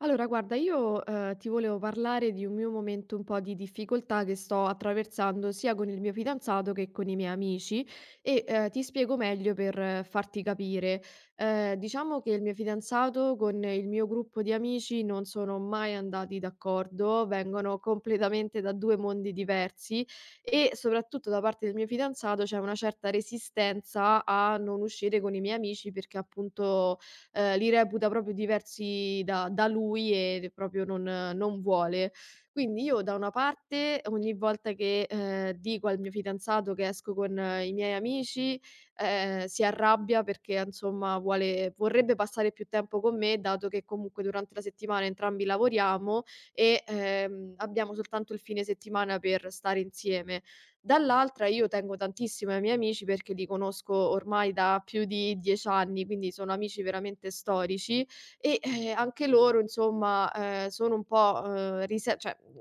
Allora, guarda, io ti volevo parlare di un mio momento un po' di difficoltà che sto attraversando sia con il mio fidanzato che con i miei amici e ti spiego meglio per farti capire. Diciamo che il mio fidanzato con il mio gruppo di amici non sono mai andati d'accordo, vengono completamente da due mondi diversi e soprattutto da parte del mio fidanzato c'è una certa resistenza a non uscire con i miei amici perché appunto li reputa proprio diversi da lui e proprio non vuole. Quindi io da una parte ogni volta che dico al mio fidanzato che esco con i miei amici, si arrabbia perché insomma vuole vorrebbe passare più tempo con me, dato che comunque durante la settimana entrambi lavoriamo e abbiamo soltanto il fine settimana per stare insieme. Dall'altra io tengo tantissimo ai miei amici perché li conosco ormai da più di 10 anni, quindi sono amici veramente storici e anche loro insomma, sono un po',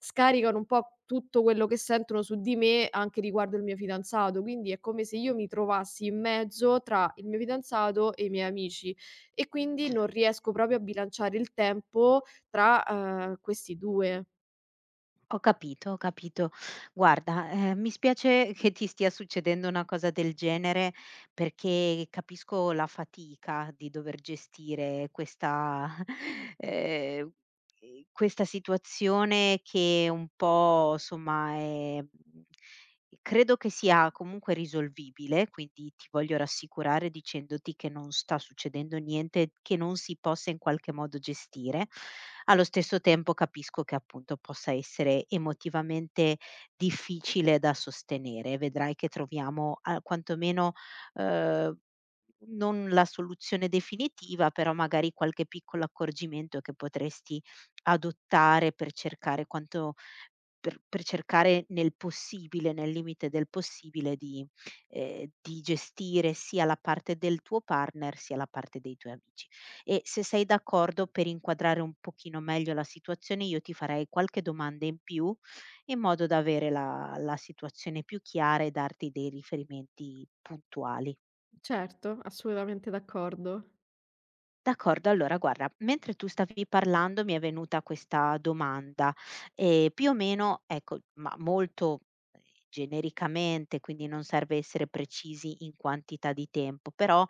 scaricano un po' tutto quello che sentono su di me anche riguardo il mio fidanzato, quindi è come se io mi trovassi in mezzo tra il mio fidanzato e i miei amici e quindi non Cer riesco proprio a bilanciare il tempo tra questi 2. ho capito, ho capito. Guarda, mi spiace che ti stia succedendo una cosa del genere, perché capisco la fatica di dover gestire questa ehm, questa situazione che un po' somma è, mhmm. Credo che sia comunque risolvibile, quindi ti voglio rassicurare dicendoti che non sta succedendo niente che non si possa in qualche modo gestire. Allo stesso tempo capisco che appunto possa essere emotivamente difficile da sostenere. Vedrai che troviamo ah, quantomeno eh, non la soluzione definitiva, però magari qualche piccolo accorgimento che potresti adottare per cercare quanto per cercare nel possibile, nel limite del possibile di gestire sia la parte del tuo partner, sia la parte dei tuoi amici. E se sei d'accordo, per inquadrare un pochino meglio la situazione, io ti farei qualche domanda in più, in modo da avere la situazione più chiara e darti dei riferimenti puntuali. Certo, assolutamente d'accordo. D'accordo, allora guarda, mentre tu stavi parlando mi è venuta questa domanda, più o meno ecco, ma molto eh, genericamente, quindi non serve essere precisi in quantità di tempo, però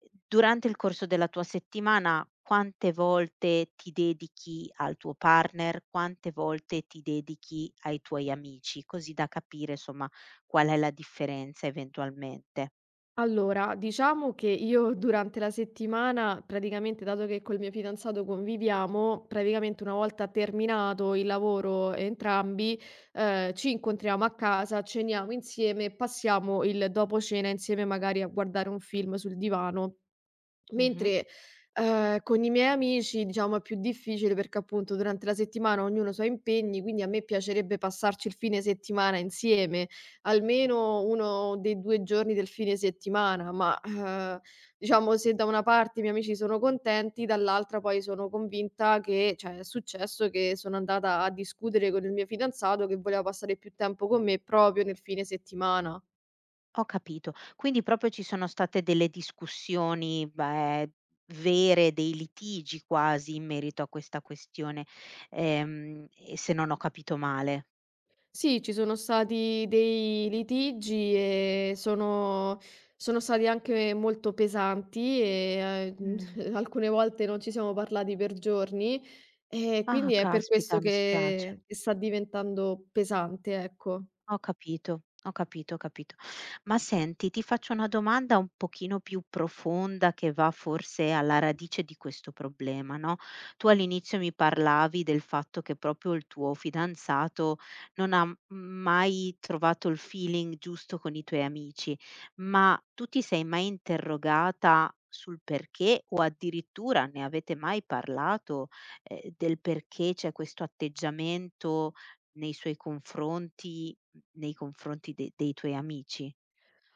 durante il corso della tua settimana quante volte ti dedichi al tuo partner, quante volte ti dedichi ai tuoi amici, così da capire, somma, qual è la differenza eventualmente. Allora, diciamo che io durante la settimana, praticamente dato che col mio fidanzato conviviamo, praticamente una volta terminato il lavoro entrambi, ci incontriamo a casa, ceniamo insieme, e passiamo il dopo cena insieme magari a guardare un film sul divano. Mh-mh. Mentre, con i miei amici, diciamo, è più difficile perché appunto durante la settimana ognuno ha i suoi impegni, quindi a me piacerebbe passarci il fine settimana insieme, almeno 1 dei 2 giorni del fine settimana, ma diciamo se da una parte i miei amici sono contenti, dall'altra poi sono convinta che cioè è successo che sono andata a discutere con il mio fidanzato che voleva passare più tempo con me proprio nel fine settimana. Ho capito. Quindi proprio ci sono state delle discussioni, beh, vere, dei litigi quasi in merito a questa questione, e se non ho capito male. Sì, ci sono stati dei litigi e sono stati anche molto pesanti e Mh. alcune volte non ci siamo parlati per giorni e Ah, quindi è per questo caspita, mi spiace. che sta diventando pesante, ecco. Ho capito, ho capito, ho capito. Ma senti, ti faccio una domanda un pochino più profonda che va forse alla radice di questo problema, no? Tu all'inizio mi parlavi del fatto che proprio il tuo fidanzato non ha mai trovato il feeling giusto con i tuoi amici, ma tu ti sei mai interrogata sul perché o addirittura ne avete mai parlato, del perché c'è questo atteggiamento nei suoi confronti? Nei confronti de dei tuoi amici?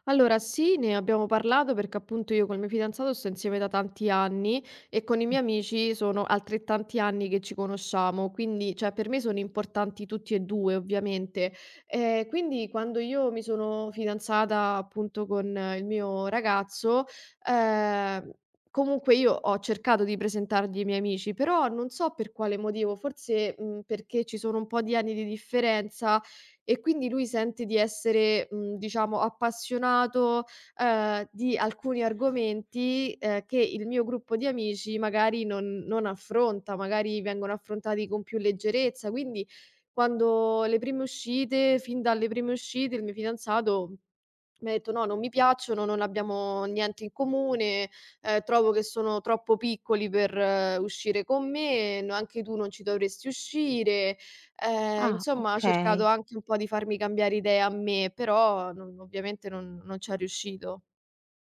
Allora sì, ne abbiamo parlato perché appunto io col mio fidanzato sto insieme da tanti anni e con i Mh. miei amici sono altrettanti anni che ci conosciamo, quindi cioè per me sono importanti tutti e due ovviamente. Quindi quando io mi sono fidanzata appunto con il mio ragazzo, eh, comunque io ho cercato di presentargli i miei amici, però non so per quale motivo, forse perché ci sono un po' di anni di differenza, e quindi lui sente di essere diciamo appassionato, di alcuni argomenti, che il mio gruppo di amici magari non affronta, magari vengono affrontati con più leggerezza. Quindi quando le prime uscite fin dalle prime uscite il mio fidanzato mi ha detto: "No, non mi piacciono, non abbiamo niente in comune, trovo che sono troppo piccoli per uscire con me, no anche tu non ci dovresti uscire". Ehm, Ah, insomma ha cercato okay. anche un po' di farmi cambiare idea a me, però non ovviamente non c'è riuscito.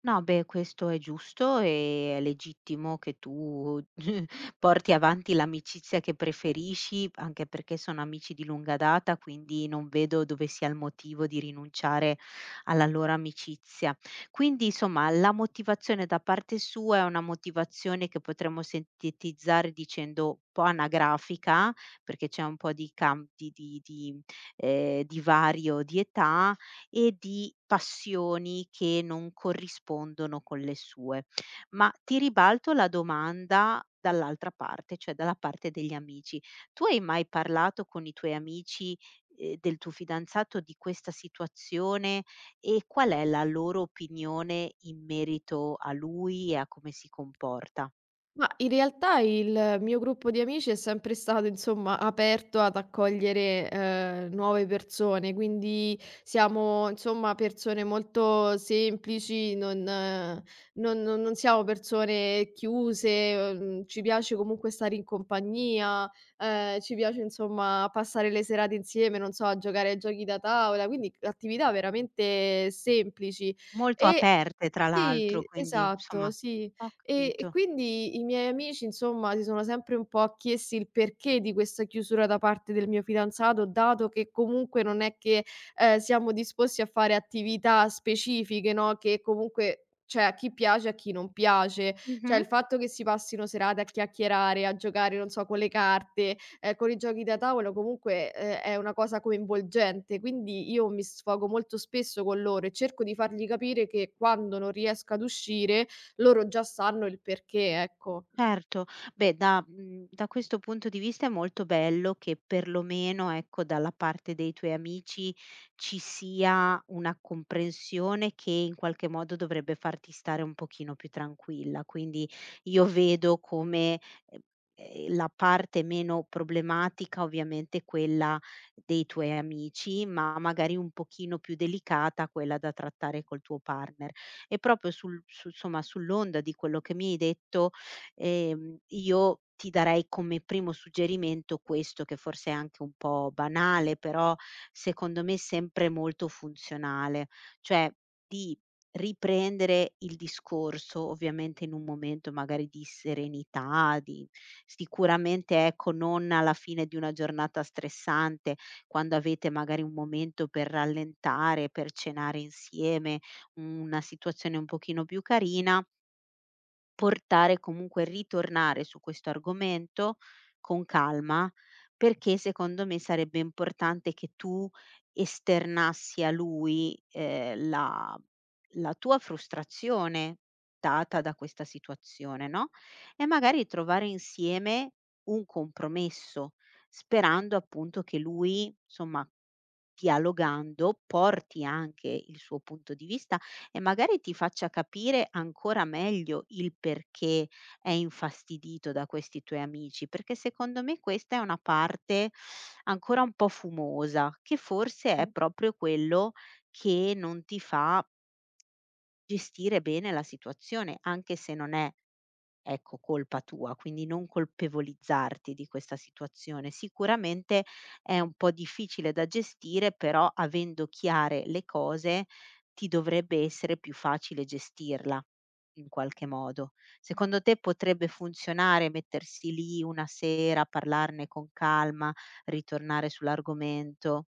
No, beh, questo è giusto e è legittimo che tu porti avanti l'amicizia che preferisci, anche perché sono amici di lunga data, quindi non vedo dove sia il motivo di rinunciare alla loro amicizia. Quindi, insomma, la motivazione da parte sua è una motivazione che potremmo sintetizzare dicendo un po' anagrafica, perché c'è un po' di divario di età, e di passioni che non corrispondono con le sue. Ma ti ribalto la domanda dall'altra parte, cioè dalla parte degli amici. Tu hai mai parlato con i tuoi amici, del tuo fidanzato di questa situazione e qual è la loro opinione in merito a lui e a come si comporta? Ma in realtà il mio gruppo di amici è sempre stato, insomma, aperto ad accogliere, nuove persone, quindi siamo, insomma, persone molto semplici, non non siamo persone chiuse, ci piace comunque stare in compagnia, ci piace, insomma, passare le serate insieme, non so, a giocare ai giochi da tavola, quindi attività veramente semplici. Molto E aperte tra l'altro, sì, quindi esatto, insomma sì. ho E capito. quindi i miei amici, insomma, si sono sempre un po' chiesti il perché di questa chiusura da parte del mio fidanzato, dato che comunque non è che siamo disposti a fare attività specifiche, no, che comunque cioè a chi piace e a chi non piace. Cioè Mh-mh. il fatto che si passino serate a chiacchierare, a giocare, non so, con le carte, con i giochi da tavolo comunque, è una cosa coinvolgente, quindi io mi sfogo molto spesso con loro e cerco di fargli capire che quando non riesco ad uscire, loro già sanno il perché, ecco. Certo. Beh, da mhmm, da questo punto di vista è molto bello che perlomeno, ecco, dalla parte dei tuoi amici ci sia una comprensione che in qualche modo dovrebbe farti stare un pochino più tranquilla. Quindi io vedo come, ehm, la parte meno problematica ovviamente quella dei tuoi amici, ma magari un pochino più delicata quella da trattare col tuo partner. E proprio sul su insomma, sull'onda di quello che mi hai detto, io ti darei come primo suggerimento questo, che forse è anche un po' banale, però secondo me sempre molto funzionale, cioè di riprendere il discorso, ovviamente in un momento magari di serenità, di sicuramente ecco, non alla fine di una giornata stressante, quando avete magari un momento per rallentare, per cenare insieme, una situazione un pochino più carina, portare comunque ritornare su questo argomento con calma, perché secondo me sarebbe importante che tu esternassi a lui, la tua frustrazione data da questa situazione, no, e magari trovare insieme un compromesso, sperando appunto che lui, somma dialogando porti anche il suo punto di vista e magari ti faccia capire ancora meglio il perché è infastidito da questi tuoi amici, perché secondo me questa è una parte ancora un po' fumosa, che forse è proprio quello che non ti fa gestire bene la situazione, anche se non è ecco, colpa tua, quindi non colpevolizzarti di questa situazione. Sicuramente è un po' difficile da gestire, però avendo chiare le cose ti dovrebbe essere più facile gestirla in qualche modo. Secondo te potrebbe funzionare mettersi lì una sera, parlarne con calma, ritornare sull'argomento?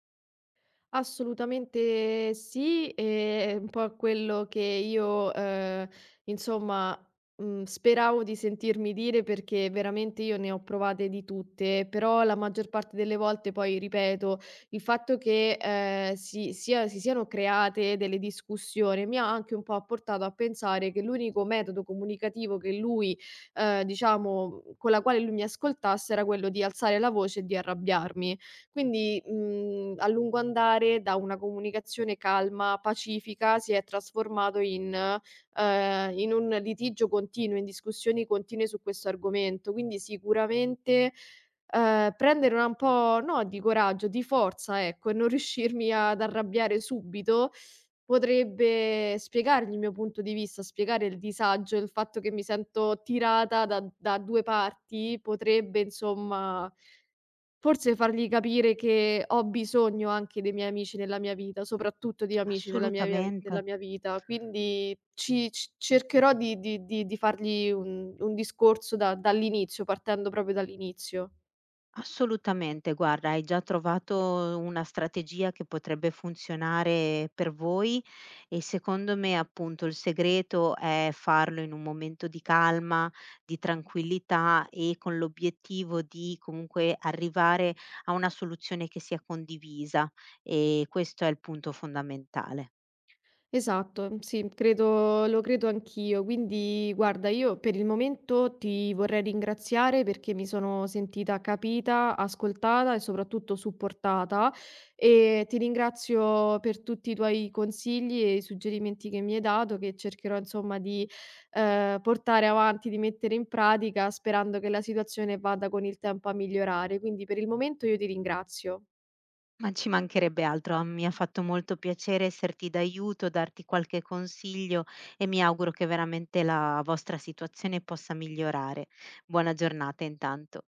Assolutamente sì, è un po' quello che io, insomma, speravo di sentirmi dire perché veramente io ne ho provate di tutte, però la maggior parte delle volte poi, ripeto, il fatto che si siano create delle discussioni mi ha anche un po' portato a pensare che l'unico metodo comunicativo che lui, diciamo con la quale lui mi ascoltasse era quello di alzare la voce e di arrabbiarmi. Quindi, a lungo andare da una comunicazione calma, pacifica, si è trasformato in in un litigio continuo, in discussioni continue su questo argomento. Quindi sicuramente, prendere una un po' no di coraggio, di forza ecco, e non riuscirmi ad arrabbiare subito, potrebbe spiegargli il mio punto di vista, spiegare il disagio, il fatto che mi sento tirata da 2 parti, potrebbe insomma forse fargli capire che ho bisogno anche dei miei amici nella mia vita, soprattutto di amici nella mia via vi Assolutamente. nella mia vita, quindi ci c cercherò di fargli un discorso da partendo proprio dall'inizio. Assolutamente, guarda, hai già trovato una strategia che potrebbe funzionare per voi e secondo me appunto il segreto è farlo in un momento di calma, di tranquillità e con l'obiettivo di comunque arrivare a una soluzione che sia condivisa e questo è il punto fondamentale. Esatto, sì, credo lo credo anch'io. Quindi guarda, io per il momento ti vorrei ringraziare perché mi sono sentita capita, ascoltata e soprattutto supportata e ti ringrazio per tutti i tuoi consigli e i suggerimenti che mi hai dato, che cercherò insomma di portare avanti, di mettere in pratica, sperando che la situazione vada con il tempo a migliorare. Quindi per il momento io ti ringrazio. Ma ci mancherebbe altro, a mi ha fatto molto piacere esserti d'aiuto, darti qualche consiglio e mi auguro che veramente la vostra situazione possa migliorare. Buona giornata intanto.